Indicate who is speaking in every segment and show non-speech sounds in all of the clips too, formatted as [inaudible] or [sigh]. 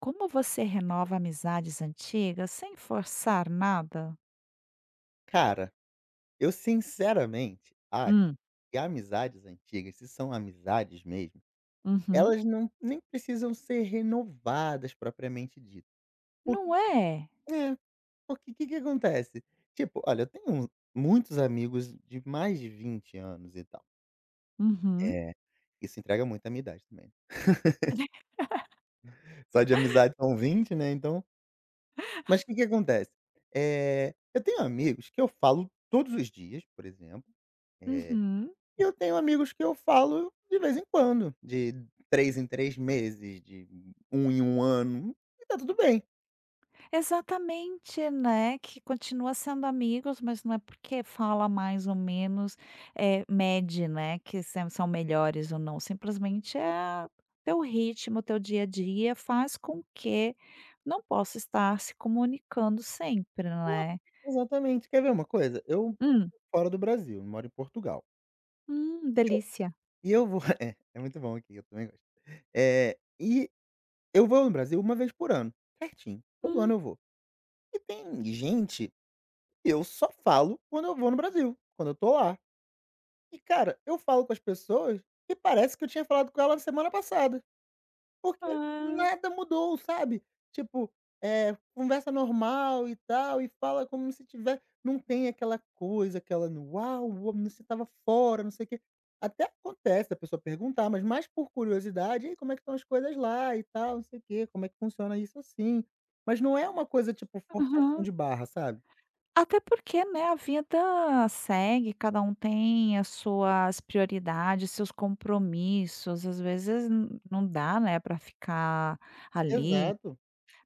Speaker 1: Como você renova amizades antigas sem forçar nada?
Speaker 2: Cara, eu sinceramente acho
Speaker 1: Hum.
Speaker 2: que amizades antigas, se são amizades mesmo,
Speaker 1: Uhum.
Speaker 2: elas não nem precisam ser renovadas propriamente dito. Porque
Speaker 1: Não é?
Speaker 2: é, porque o que que acontece? Tipo, olha, eu tenho muitos amigos de mais de 20 anos e tal.
Speaker 1: Uhum.
Speaker 2: É, isso entrega muito a minha idade também.
Speaker 1: [laughs]
Speaker 2: Só de amizade são 20, né, então mas o que que acontece? Eu tenho amigos que eu falo todos os dias, por exemplo, eh
Speaker 1: Uhum.
Speaker 2: E eu tenho amigos que eu falo de vez em quando, de 3 em 3 meses, de um em um ano, e tá tudo bem.
Speaker 1: Exatamente, né? Que continua sendo amigos, mas não é porque fala mais ou menos, mede, né? Que são melhores ou não. Simplesmente é teu ritmo, teu dia a dia faz com que não possa estar se comunicando sempre,
Speaker 2: Claro.
Speaker 1: né?
Speaker 2: Exatamente. Quer ver uma coisa? Eu
Speaker 1: Hum.
Speaker 2: Fora do Brasil, eu moro em Portugal.
Speaker 1: Hum, delícia.
Speaker 2: E eu vou [laughs] É, muito bom aqui, eu também gosto. E eu vou no Brasil uma vez por ano, certinho, todo
Speaker 1: Hum.
Speaker 2: ano eu vou. E tem gente que eu só falo quando eu vou no Brasil, quando eu tô lá. E cara, eu falo com as pessoas e parece que eu tinha falado com ela semana passada. Porque
Speaker 1: Ah.
Speaker 2: nada mudou, sabe. Tipo, conversa normal e tal, e fala como se tiver não tem aquela coisa, aquela "uau, uau, você tava fora", não sei o quê. Até acontece da pessoa perguntar, mas mais por curiosidade: "E como é que estão as coisas lá e tal, não sei o quê, como é que funciona isso assim?". Mas não é uma coisa tipo forçação
Speaker 1: Aham.
Speaker 2: de barra, sabe.
Speaker 1: Até porque, né, a vida segue, cada um tem as suas prioridades, seus compromissos, às vezes n não dá, né, para ficar ali
Speaker 2: Exato.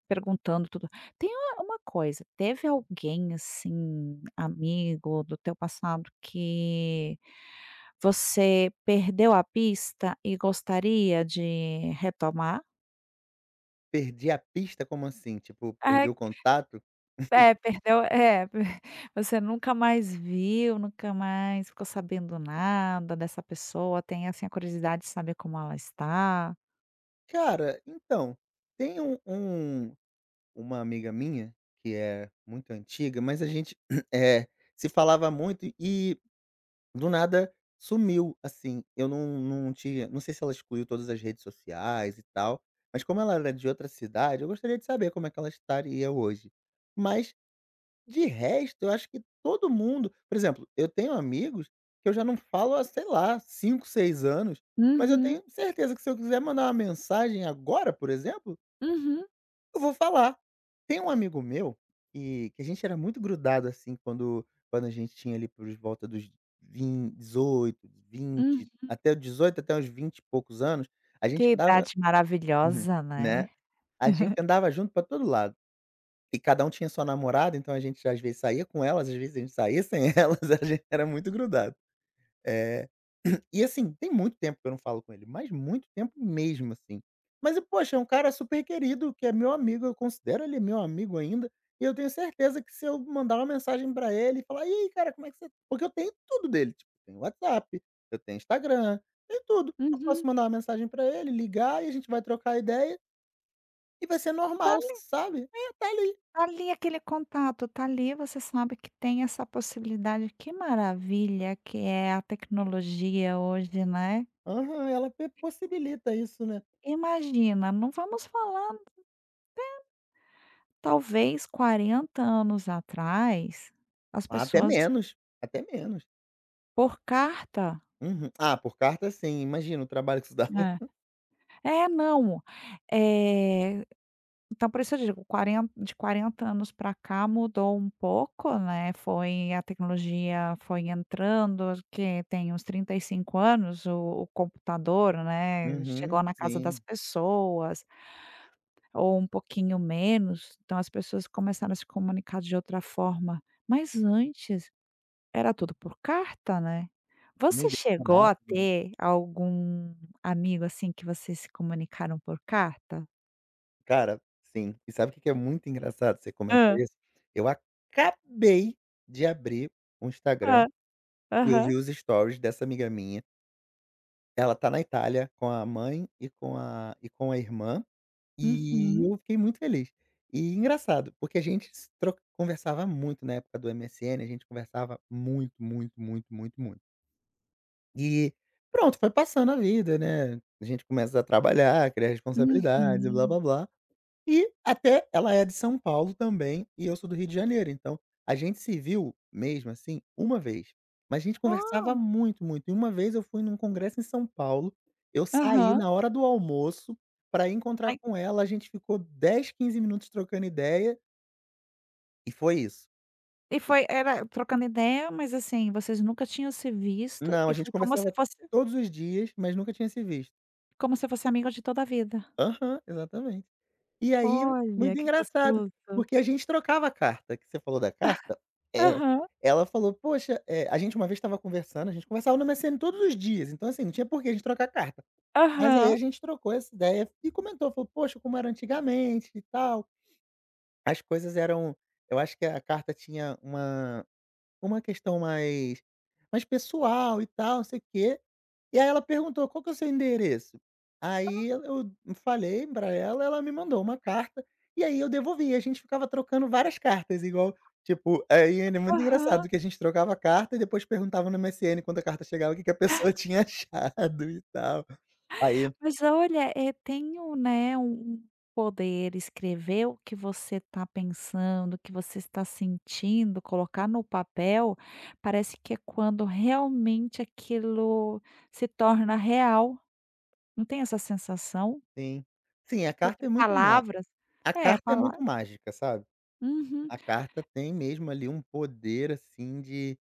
Speaker 1: perguntando tudo. Tem uma coisa, teve alguém, assim, amigo do teu passado que você perdeu a pista e gostaria de retomar?
Speaker 2: "Perdi a pista", como assim? Tipo, perdi o contato?
Speaker 1: É, perdeu, é, [laughs] você nunca mais viu, nunca mais ficou sabendo nada dessa pessoa, tem, assim, a curiosidade de saber como ela está.
Speaker 2: Cara, então, tem uma amiga minha, que é muito antiga, mas a gente, [clears throat] eh, se falava muito e do nada sumiu, assim, eu não tinha não sei se ela excluiu todas as redes sociais e tal, mas como ela era de outra cidade, eu gostaria de saber como é que ela estaria hoje. Mas, de resto, eu acho que todo mundo por exemplo, eu tenho amigos que eu já não falo há, sei lá, 5 6 anos, mas eu
Speaker 1: Uhum.
Speaker 2: tenho certeza que se eu quiser mandar uma mensagem agora, por exemplo,
Speaker 1: Uhum.
Speaker 2: eu vou falar. Tem um amigo meu que a gente era muito grudado, assim, quando a gente tinha ali por volta dos vin 18, 20,
Speaker 1: Uhum.
Speaker 2: até 18, até uns 20 e poucos anos, a gente
Speaker 1: Que
Speaker 2: andava
Speaker 1: idade
Speaker 2: uhum, [laughs]
Speaker 1: maravilhosa, né.
Speaker 2: né, a gente andava junto pra todo lado. E cada um tinha sua namorada, então a gente às vezes saía com elas, às vezes a gente saía sem [laughs] elas, a gente era muito grudado. [clears throat] E assim, tem muito tempo que eu não falo com ele, mas muito tempo mesmo, assim. Mas, e, poxa, é um cara super querido, que é meu amigo, eu considero ele meu amigo ainda. E eu tenho certeza que se eu mandar uma mensagem pra ele e falar, e aí, cara, como é que você. Porque eu tenho tudo dele, tipo, eu tenho WhatsApp, eu tenho Instagram, tem tudo. Eu
Speaker 1: Uhum.
Speaker 2: posso mandar uma mensagem pra ele, ligar e a gente vai trocar ideia e vai ser
Speaker 1: Tá
Speaker 2: normal,
Speaker 1: ali
Speaker 2: sabe? É, tá ali.
Speaker 1: tá ali aquele contato, tá ali, você sabe que tem essa possibilidade, que maravilha que é a tecnologia hoje, né.
Speaker 2: Aham, ela possibilita isso, né?
Speaker 1: Imagina, não vamos falar talvez 40 anos atrás, as
Speaker 2: Até
Speaker 1: pessoas.
Speaker 2: menos, até menos.
Speaker 1: Por carta?
Speaker 2: Uhum. Ah, por carta, sim. Imagina o trabalho que isso dá.
Speaker 1: É. É, não, eh, então por isso eu digo, quaren de 40 anos para cá mudou um pouco, né, foi a tecnologia foi entrando, que tem uns 35 anos o computador, né,
Speaker 2: Uhum,
Speaker 1: chegou na casa das
Speaker 2: sim.
Speaker 1: pessoas, ou um pouquinho menos, então as pessoas começaram a se comunicar de outra forma. Mas antes era tudo por carta, né. Você
Speaker 2: Sim,
Speaker 1: chegou
Speaker 2: decorado,
Speaker 1: a
Speaker 2: né.
Speaker 1: ter algum amigo, assim, que vocês se comunicaram por carta?
Speaker 2: Cara, sim. E sabe o que que é muito engraçado você comentar
Speaker 1: Hã.
Speaker 2: isso? Eu acabei de abrir o Instagram
Speaker 1: Hã.
Speaker 2: e eu
Speaker 1: Aham.
Speaker 2: vi os stories dessa amiga minha. Ela tá na Itália com a mãe e com a irmã, e
Speaker 1: Uhum.
Speaker 2: eu fiquei muito feliz. E engraçado, porque a gente se tro conversava muito na época do MSN, a gente conversava muito, muito, muito, muito, muito. E pronto, foi passando a vida, né. A gente começa a trabalhar, criar responsabilidades e
Speaker 1: Uhum.
Speaker 2: blá-blá-blá. E até ela é de São Paulo também e eu sou do Rio de Janeiro, então a gente se viu mesmo, assim, uma vez. Mas a gente conversava
Speaker 1: Ah.
Speaker 2: muito, muito. E uma vez eu fui num congresso em São Paulo, eu saí
Speaker 1: Aham.
Speaker 2: na hora do almoço para encontrar
Speaker 1: Aí,
Speaker 2: com ela, a gente ficou 10 15 minutos trocando ideia e foi isso.
Speaker 1: e
Speaker 2: E
Speaker 1: foi era trocando ideia, mas, assim, vocês nunca tinham se visto
Speaker 2: não, a
Speaker 1: e
Speaker 2: gente
Speaker 1: foi
Speaker 2: conversava todos os dias, mas nunca tinha se visto.
Speaker 1: como se fosse amigo de toda a vida.
Speaker 2: Aham, exatamente. E aí,
Speaker 1: Olha,
Speaker 2: muito
Speaker 1: que
Speaker 2: engraçado,
Speaker 1: gostoso.
Speaker 2: porque a gente trocava a carta, que você falou da carta é,
Speaker 1: Aham.
Speaker 2: ela falou: "Poxa", a gente uma vez estava conversando, a gente conversava no MSN todos os dias, então, assim, não tinha por que a gente trocar carta. Mas aí
Speaker 1: Aham.
Speaker 2: a gente trocou essa ideia e comentou, falou: "Poxa, como era antigamente e tal". As coisas eram eu acho que a carta tinha uma questão mais pessoal e tal, não sei o quê. E aí ela perguntou: "Qual que é o seu endereço?" Aí eu falei pra ela, ela me mandou uma carta, e aí eu devolvi, a gente ficava trocando várias cartas igual, tipo, aí é muito
Speaker 1: Aham.
Speaker 2: engraçado que a gente trocava carta e depois perguntava no MSN quando a carta chegava o que que a pessoa [laughs] tinha achado e tal. Aí
Speaker 1: Mas olha, tenho, né, um poder escrever o que você está pensando, o que você está sentindo, colocar no papel, parece que é quando realmente aquilo se torna real. Não tem essa sensação?
Speaker 2: sim. Sim,
Speaker 1: Porque palavras,
Speaker 2: a
Speaker 1: é,
Speaker 2: carta é muito
Speaker 1: palavras.
Speaker 2: mágica, sabe.
Speaker 1: Uhum.
Speaker 2: A carta tem mesmo ali um poder, assim, de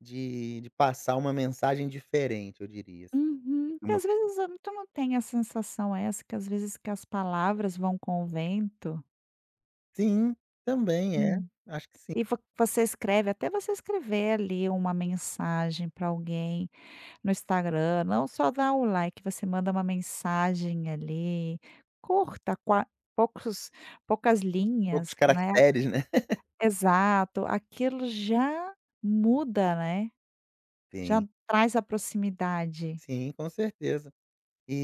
Speaker 2: de de passar uma mensagem diferente, eu diria, assim,
Speaker 1: Uhum.
Speaker 2: que
Speaker 1: E
Speaker 2: uma
Speaker 1: às vezes tu não tem a sensação essa que às vezes que as palavras vão com o vento?
Speaker 2: Sim, também é. Acho que sim.
Speaker 1: E vo você escreve, até você escrever ali uma mensagem para alguém no Instagram, não só dá o like, você manda uma mensagem ali, curta, qua poucos poucas
Speaker 2: Poucos
Speaker 1: linhas, né.
Speaker 2: caracteres, né.
Speaker 1: Exato, aquilo já muda, né, já
Speaker 2: Tem.
Speaker 1: traz a proximidade.
Speaker 2: Sim, com certeza.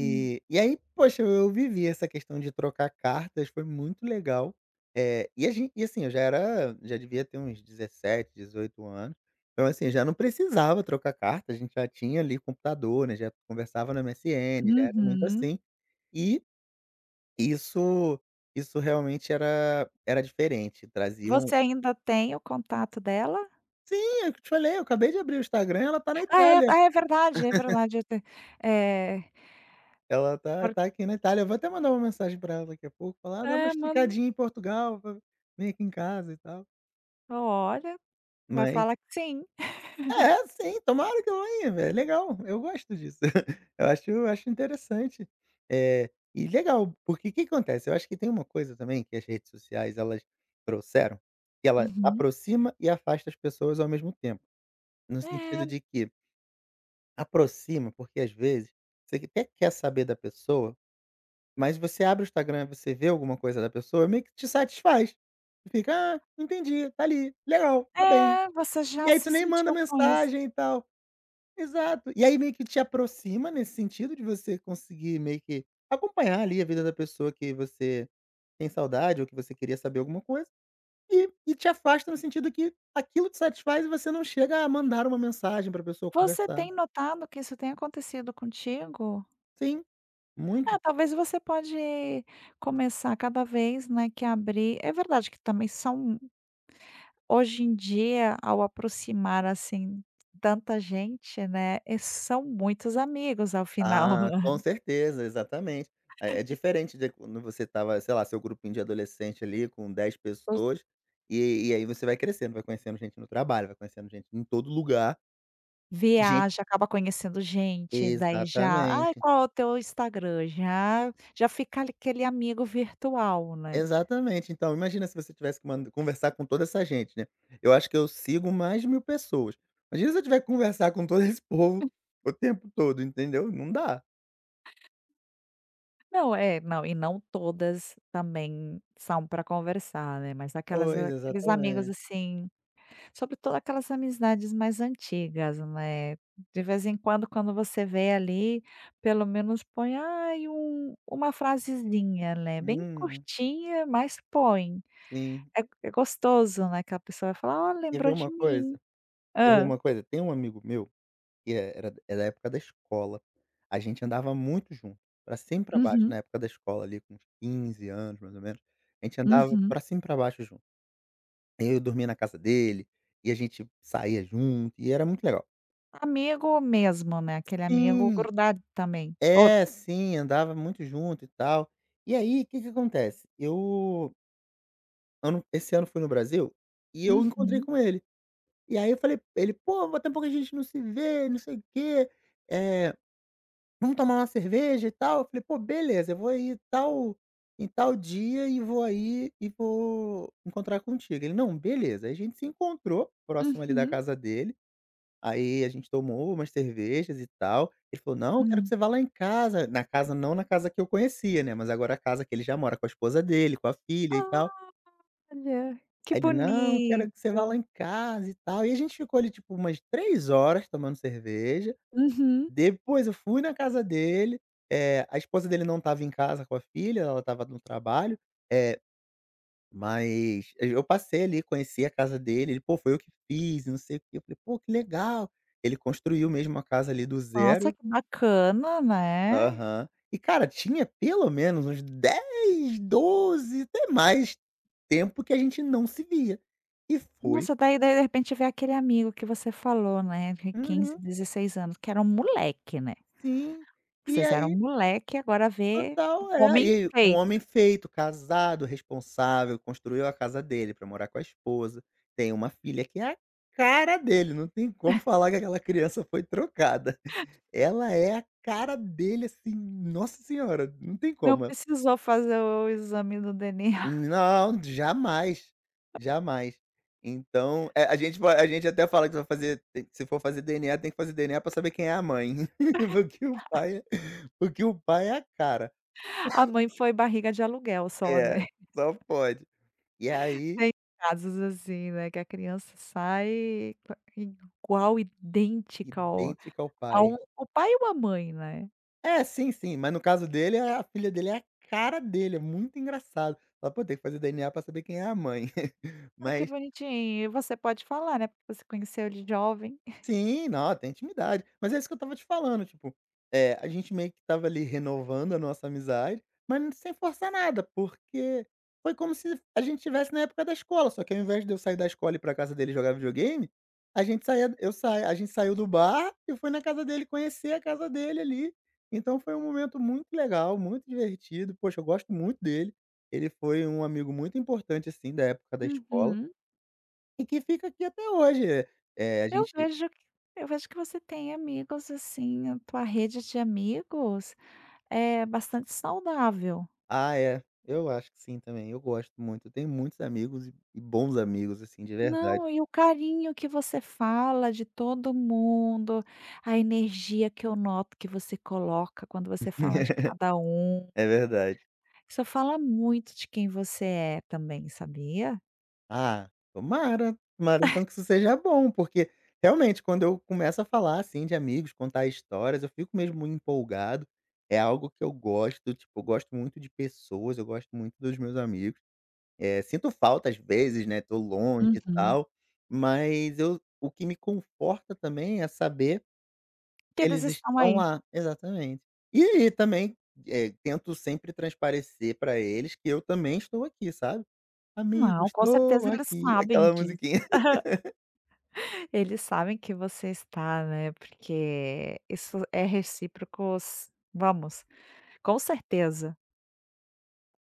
Speaker 1: Hum.
Speaker 2: e aí, poxa, eu vivi essa questão de trocar cartas, foi muito legal. Eh, e a gen e assim, eu já era já devia ter uns 17 18 anos, então assim, já não precisava trocar carta, a gente já tinha ali computador, né, já conversava no MSN, já era muito
Speaker 1: Uhum.
Speaker 2: assim. E isso isso realmente era diferente, traziam
Speaker 1: Você ainda tem o contato dela?
Speaker 2: sim, é eu te falei, eu acabei de abrir o Instagram, ela tá na
Speaker 1: Ah, é,
Speaker 2: Itália.
Speaker 1: ah, é verdade, eu te eh,
Speaker 2: Ela tá
Speaker 1: por,
Speaker 2: tá aqui na Itália, eu vou até mandar uma mensagem pra ela daqui a pouco, falar: "Ah, dá uma
Speaker 1: ah, mano,
Speaker 2: esticadinha em Portugal, va vem aqui em casa e tal".
Speaker 1: olha, vai
Speaker 2: Mas
Speaker 1: falar que sim.
Speaker 2: é, sim, tomara que ela venha, velho, é legal, eu gosto disso. [laughs] Eu acho interessante. É e legal, porque o que acontece, eu acho que tem uma coisa também que as redes sociais elas trouxeram, que ela
Speaker 1: Uhum.
Speaker 2: aproxima e afasta as pessoas ao mesmo tempo, no
Speaker 1: É,
Speaker 2: sentido de que aproxima, porque às vezes você até quer saber da pessoa Mas você abre o Instagram, você vê alguma coisa da pessoa, meio que te satisfaz. Tu fica: "Ah, entendi, tá ali, legal, tá bem".
Speaker 1: é, você
Speaker 2: E
Speaker 1: já
Speaker 2: aí
Speaker 1: se
Speaker 2: tu nem manda
Speaker 1: sentiu com isso.
Speaker 2: mensagem e tal. Exato. E aí meio que te aproxima nesse sentido de você conseguir meio que acompanhar ali a vida da pessoa que você tem saudade ou que você queria saber alguma coisa, e te afasta no sentido que aquilo te satisfaz e você não chega a mandar uma mensagem pra pessoa,
Speaker 1: Você
Speaker 2: conversar.
Speaker 1: tem notado que isso tem acontecido contigo?
Speaker 2: Sim, muito.
Speaker 1: É, talvez você pode começar cada vez, né, que abrir, é verdade que também são, hoje em dia, ao aproximar, assim, tanta gente, né, são muitos amigos ao final.
Speaker 2: Ah, com
Speaker 1: [laughs]
Speaker 2: certeza, exatamente. É diferente de quando você tava, sei lá, seu grupinho de adolescente ali com 10
Speaker 1: Os
Speaker 2: pessoas, e aí você vai crescendo, vai conhecendo gente no trabalho, vai conhecendo gente em todo lugar, gente
Speaker 1: Viaja, acaba conhecendo gente, daí já: "Ai,
Speaker 2: exatamente,
Speaker 1: qual é o teu Instagram?" Já fica ali aquele amigo virtual, né.
Speaker 2: exatamente. Então imagina se você tivesse que mand conversar com toda essa gente, né. Eu acho que eu sigo mais de 1000 pessoas. Imagina se eu tiver que conversar com todo esse povo o tempo todo, entendeu? Não dá.
Speaker 1: Não, é, não, e não todas também são para conversar, né, mas aquelas
Speaker 2: Pois,
Speaker 1: aqueles amigos,
Speaker 2: exatamente.
Speaker 1: assim, sobretudo aquelas amizades mais antigas, né, de vez em quando, quando você vê ali, pelo menos põe, ai, uma frasezinha, né, bem
Speaker 2: Uhum,
Speaker 1: curtinha, mas põe.
Speaker 2: sim.
Speaker 1: É é gostoso, né, que a pessoa vai falar: "Ó,
Speaker 2: Quer
Speaker 1: lembrou
Speaker 2: ver
Speaker 1: de
Speaker 2: uma
Speaker 1: mim".
Speaker 2: coisa? Quer ver
Speaker 1: Hã.
Speaker 2: uma coisa? Tem um amigo meu que era é da época da escola. A gente andava muito junto, pra cima e pra baixo,
Speaker 1: Uhum.
Speaker 2: na época da escola ali com uns 15 anos, mais ou menos, a gente andava
Speaker 1: Uhum.
Speaker 2: pra cima e pra baixo junto. Eu dormia na casa dele, e a gente saía junto, e era muito legal.
Speaker 1: Amigo mesmo, né, aquele amigo
Speaker 2: Sim,
Speaker 1: grudado também. Outro.
Speaker 2: é, sim, andava muito junto e tal. E aí, o que que acontece, eu ano esse ano fui no Brasil, e eu encontrei
Speaker 1: Uhum.
Speaker 2: com ele. E aí eu falei ele: "Pô, há mó tempão a gente não se vê, não sei o quê, eh" Vamos tomar uma cerveja e tal?" Eu falei: "Pô, beleza, eu vou aí tal em tal dia e vou aí e vou encontrar contigo." Ele: "Não, beleza." Aí a gente se encontrou próximo ali da
Speaker 1: Uhum.
Speaker 2: casa dele, aí a gente tomou umas cervejas e tal. Ele falou: "Não, eu quero que
Speaker 1: Hum.
Speaker 2: você vá lá em casa", na casa não na casa que eu conhecia, né, mas agora a casa que ele já mora com a esposa dele, com a filha e tal.
Speaker 1: Olha, que
Speaker 2: Aí ele: "Não, quero
Speaker 1: bonito.
Speaker 2: que você vá lá em casa e tal." E a gente ficou ali, tipo, umas 3 horas tomando cerveja.
Speaker 1: Uhum.
Speaker 2: Depois eu fui na casa dele, a esposa dele não estava em casa com a filha, ela estava no trabalho, eh, mas eu passei ali, conheci a casa dele, ele: "Pô, foi eu que fiz não sei o quê", eu falei: "Pô, que legal". Ele construiu mesmo a casa ali do
Speaker 1: Nossa,
Speaker 2: zero
Speaker 1: que bacana, né.
Speaker 2: aham. E cara, tinha pelo menos uns 10, 12, até mais tempo que a gente não se via. E foi
Speaker 1: Nossa, daí de repente vê aquele amigo que você falou, né, de 15,
Speaker 2: uhum,
Speaker 1: 16 anos, que era um moleque, né.
Speaker 2: sim. E
Speaker 1: Vocês eram
Speaker 2: aí
Speaker 1: um moleque, agora vê um
Speaker 2: Total, é.
Speaker 1: homem
Speaker 2: E um
Speaker 1: feito.
Speaker 2: homem feito, casado, responsável, construiu a casa dele pra morar com a esposa, tem uma filha que é a cara dele, não tem como falar que aquela criança foi trocada. Ela é a cara dele, assim, nossa senhora, não tem
Speaker 1: Não
Speaker 2: como.
Speaker 1: precisou fazer o exame do DNA. A
Speaker 2: Não, jamais, jamais. Então, a gente vai a gente até fala que vai fazer tem se for fazer DNA, tem que fazer DNA pra saber quem é a mãe, [laughs] porque o pai é porque o pai é a cara.
Speaker 1: [laughs] A mãe foi barriga de aluguel só,
Speaker 2: É,
Speaker 1: né. [laughs]
Speaker 2: só pode. E aí,
Speaker 1: Tem casos assim, né, que a criança sai qua igual, idêntica ao
Speaker 2: idêntica ao
Speaker 1: ao
Speaker 2: pai.
Speaker 1: o pai ou a mãe, né.
Speaker 2: É, sim, sim, mas no caso dele, é a filha dele é a cara dele, é muito engraçado. Fala: "Pô, tem que fazer DNA pra saber quem é a mãe". [laughs]
Speaker 1: Ai, que
Speaker 2: Mas
Speaker 1: bonitinho. E você pode falar, né, porque você conheceu ele jovem.
Speaker 2: Sim, não, tem intimidade. Mas é isso que eu estava te falando, tipo, é a gente meio que estava ali renovando a nossa amizade, mas sem forçar nada, porque foi como se a gente tivesse na época da escola, só que ao invés de eu sair da escola e ir pra casa dele jogar videogame, a gente saía eu saí a gente saiu do bar e foi na casa dele conhecer a casa dele ali. Então foi um momento muito legal, muito divertido. Poxa, eu gosto muito dele. Ele foi um amigo muito importante, assim, da época da escola
Speaker 1: Uhum.
Speaker 2: e que fica aqui até hoje. Eh, a
Speaker 1: Eu
Speaker 2: gente
Speaker 1: vejo que eu vejo que você tem amigos, assim, a tua rede de amigos é bastante saudável.
Speaker 2: Ah, é. Eu acho que sim também, eu gosto muito. Eu tenho muitos amigos e bons amigos, assim, de verdade.
Speaker 1: Não, e o carinho que você fala de todo mundo, a energia que eu noto que você coloca quando você fala de
Speaker 2: [laughs]
Speaker 1: cada um,
Speaker 2: É verdade.
Speaker 1: isso fala muito de quem você é também, sabia?
Speaker 2: Ah, tomara, tomara então que isso seja bom, porque realmente quando eu começo a falar, assim, de amigos, contar histórias, eu fico mesmo muito empolgado. É algo que eu gosto, tipo, eu gosto muito de pessoas, eu gosto muito dos meus amigos. Sinto falta às vezes, né, tô longe e
Speaker 1: Uhum.
Speaker 2: tal, mas eu o que me conforta também é saber
Speaker 1: Que eles
Speaker 2: eles
Speaker 1: estão
Speaker 2: estão
Speaker 1: aí.
Speaker 2: lá, exatamente. E aí também, tento sempre transparecer pra eles que eu também estou aqui, sabe. "Amigo,
Speaker 1: Não, com
Speaker 2: estou
Speaker 1: certeza eles
Speaker 2: aqui",
Speaker 1: sabem
Speaker 2: aquela
Speaker 1: disso.
Speaker 2: musiquinha. [laughs]
Speaker 1: Eles sabem que você está, né, porque isso é recíproco, s vamos, com certeza.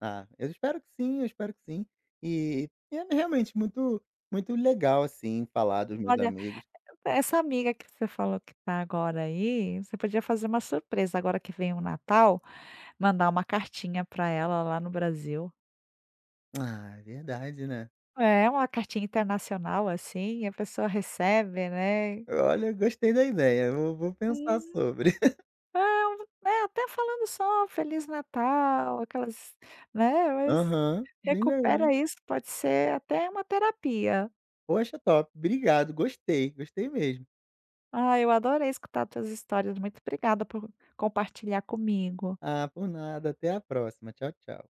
Speaker 2: Ah, eu espero que sim, eu espero que sim. E é realmente muito muito legal, assim, falar dos meus
Speaker 1: Olha,
Speaker 2: amigos.
Speaker 1: essa amiga que você falou que tá agora aí, você podia fazer uma surpresa agora que vem o Natal, mandar uma cartinha para ela lá no Brasil.
Speaker 2: Ah, é verdade, né.
Speaker 1: É, uma cartinha internacional, assim, a pessoa recebe, né.
Speaker 2: Olha, gostei da ideia, vou pensar
Speaker 1: Uhum.
Speaker 2: sobre. [laughs]
Speaker 1: É, um, é, até falando só Feliz Natal, aquelas, né, mas
Speaker 2: Aham, bem legal.
Speaker 1: recupera isso, pode ser até uma terapia.
Speaker 2: Poxa, top. Obrigado, gostei, gostei mesmo.
Speaker 1: Ah, eu adorei escutar tuas histórias. Muito obrigada por compartilhar comigo.
Speaker 2: Ah, por nada, até a próxima. Tchau, tchau.